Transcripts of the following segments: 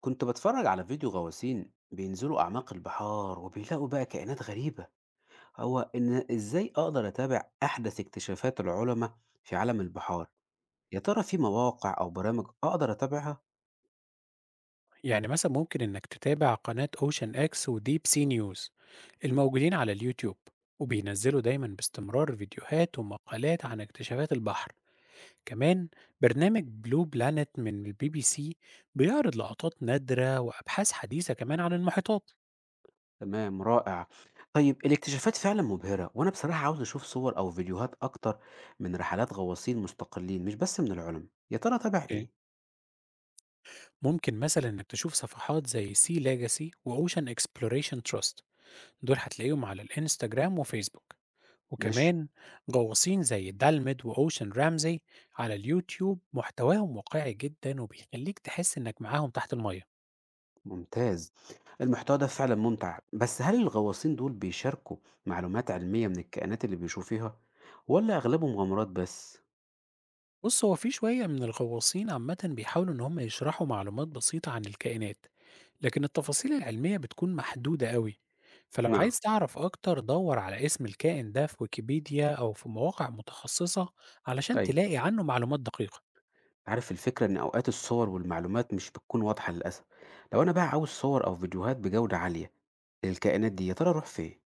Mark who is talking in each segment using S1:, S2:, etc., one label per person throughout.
S1: كنت بتفرج على فيديو غواصين بينزلوا أعماق البحار وبيلاقوا بقى كائنات غريبة. هو إن إزاي أقدر أتابع أحدث اكتشافات العلماء في عالم البحار؟ يا ترى في مواقع أو برامج أقدر أتابعها؟
S2: يعني مثلا ممكن إنك تتابع قناة أوشن إكس وديب سي نيوز الموجودين على اليوتيوب، وبينزلوا دايما باستمرار فيديوهات ومقالات عن اكتشافات البحر. كمان برنامج بلو بلانت من البي بي سي بيعرض لقطات نادرة وأبحاث حديثة كمان عن المحيطات.
S1: تمام، رائع. طيب الاكتشافات فعلا مبهرة، وأنا بصراحة عاوز أشوف صور أو فيديوهات أكتر من رحلات غواصين مستقلين، مش بس من العلماء. يا ترى أتابع إيه؟
S2: ممكن مثلا إنك تشوف صفحات زي سي ليجاسي وأوشن إكسبلوريشن تراست، دول هتلاقيهم على الإنستجرام وفيسبوك.
S1: ماشي.
S2: وكمان غواصين زي دالمد وأوشن رامزي على اليوتيوب، محتواهم واقعي جدا وبيخليك تحس إنك معاهم تحت المية.
S1: ممتاز. المحتوى ده فعلا ممتع، بس هل الغواصين دول بيشاركوا معلومات علمية من الكائنات اللي بيشوفوها، ولا أغلبهم مغامرات بس؟
S2: بص، هو في شوية من الغواصين عامة بيحاولوا إن هم يشرحوا معلومات بسيطة عن الكائنات، لكن التفاصيل العلمية بتكون محدودة قوي. فلو
S1: نعم.
S2: عايز تعرف أكتر دور على اسم الكائن ده في ويكيبيديا أو في مواقع متخصصة علشان
S1: أيوة.
S2: تلاقي عنه معلومات دقيقة.
S1: عارف الفكرة إن أوقات الصور والمعلومات مش بتكون واضحة للأسف. لو أنا بقى عاوز صور أو فيديوهات بجودة عالية للكائنات دي، يا ترى أروح فين؟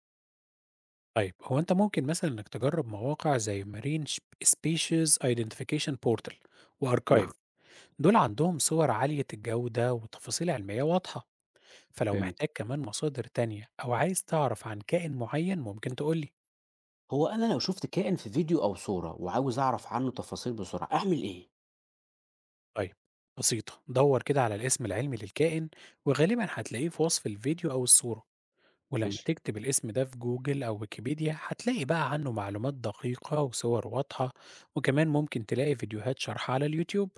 S2: طيب، هو أنت ممكن مثلا إنك تجرب مواقع زي Marine Species Identification Portal
S1: نعم.
S2: وأركايف، دول عندهم صور عالية الجودة وتفاصيل علمية واضحة. فلو
S1: فهمت.
S2: محتاج كمان مصادر تانية أو عايز تعرف عن كائن معين ممكن تقولي.
S1: هو أنا لو شفت كائن في فيديو أو صورة وعاوز أعرف عنه تفاصيل بسرعة، أعمل إيه؟
S2: طيب، بسيطة، دور كده على الاسم العلمي للكائن، وغالبا هتلاقيه في وصف الفيديو أو الصورة. ولما
S1: ماشي.
S2: تكتب الاسم ده في جوجل أو ويكيبيديا هتلاقي بقى عنه معلومات دقيقة وصور واضحة. وكمان ممكن تلاقي فيديوهات شرح على اليوتيوب.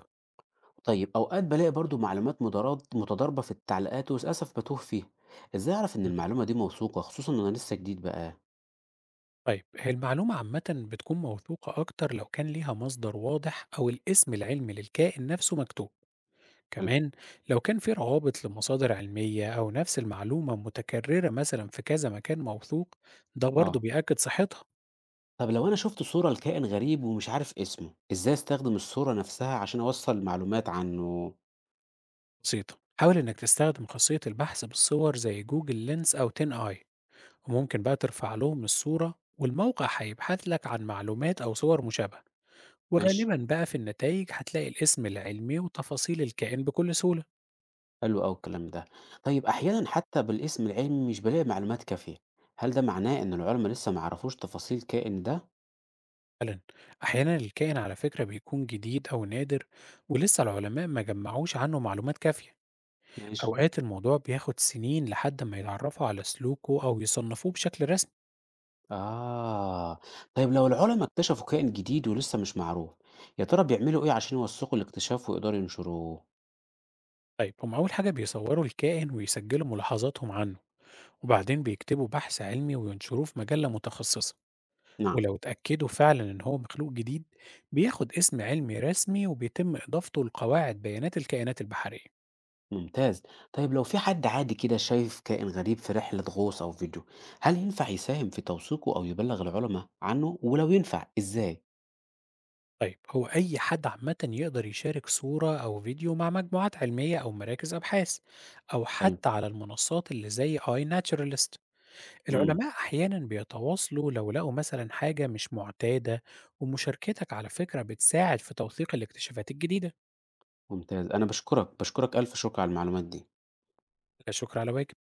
S1: طيب أوقات بلاقي برضو معلومات مدارات متضاربة في التعليقات، وللأسف بتوه فيها. إزاي أعرف إن
S2: مم.
S1: المعلومة دي موثوقة، خصوصا إن أنا لسه جديد بقى؟
S2: طيب، هي المعلومة عامة بتكون موثوقة أكتر لو كان ليها مصدر واضح أو الاسم العلمي للكائن نفسه مكتوب.
S1: حلو.
S2: كمان لو كان في روابط لمصادر علمية أو نفس المعلومة متكررة مثلا في كذا مكان موثوق، ده برضه
S1: آه.
S2: بيأكد صحتها.
S1: طب لو أنا شفت صورة لكائن غريب ومش عارف اسمه، إزاي أستخدم الصورة نفسها عشان أوصل معلومات عنه؟
S2: بسيطة، حاول إنك تستخدم خاصية البحث بالصور زي جوجل لينس أو تين آي. وممكن بقى ترفع لهم الصورة والموقع هيبحث لك عن معلومات أو صور مشابهة.
S1: ماشي.
S2: وغالبا بقى في النتائج هتلاقي الاسم العلمي وتفاصيل الكائن بكل سهولة.
S1: حلو أوي الكلام ده. طيب أحيانا حتى بالاسم العلمي مش بلاقي معلومات كافية. هل ده معناه إن العلماء لسه معرفوش تفاصيل الكائن ده؟
S2: فعلا، أحيانا الكائن على فكرة بيكون جديد أو نادر، ولسه العلماء ما جمعوش عنه معلومات كافية.
S1: ماشي.
S2: أوقات الموضوع بياخد سنين لحد ما يتعرفوا على سلوكه أو يصنفوه بشكل رسمي.
S1: آه. طيب لو العلماء اكتشفوا كائن جديد ولسه مش معروف، يا ترى بيعملوا إيه عشان يوثقوا الاكتشاف ويقدروا ينشروه؟
S2: طيب، هم أول حاجة بيصوروا الكائن ويسجلوا ملاحظاتهم عنه، وبعدين بيكتبوا بحث علمي وينشروه في مجلة متخصصة.
S1: نعم.
S2: ولو اتأكدوا فعلا إن هو مخلوق جديد، بياخد اسم علمي رسمي وبيتم إضافته لقواعد بيانات الكائنات البحرية.
S1: ممتاز. طيب لو في حد عادي كده شايف كائن غريب في رحلة غوص أو فيديو، هل ينفع يساهم في توثيقه أو يبلغ العلماء عنه؟ ولو ينفع، إزاي؟
S2: طيب، هو أي حد عامة يقدر يشارك صورة أو فيديو مع مجموعات علمية أو مراكز أبحاث، أو
S1: حلو.
S2: حتى على المنصات اللي زي آي ناتشرالست.
S1: مم.
S2: العلماء أحيانا بيتواصلوا لو لقوا مثلا حاجة مش معتادة. ومشاركتك على فكرة بتساعد في توثيق الاكتشافات الجديدة.
S1: ممتاز. أنا بشكرك، بشكرك، ألف شكر على المعلومات دي.
S2: لا شكر على واجب.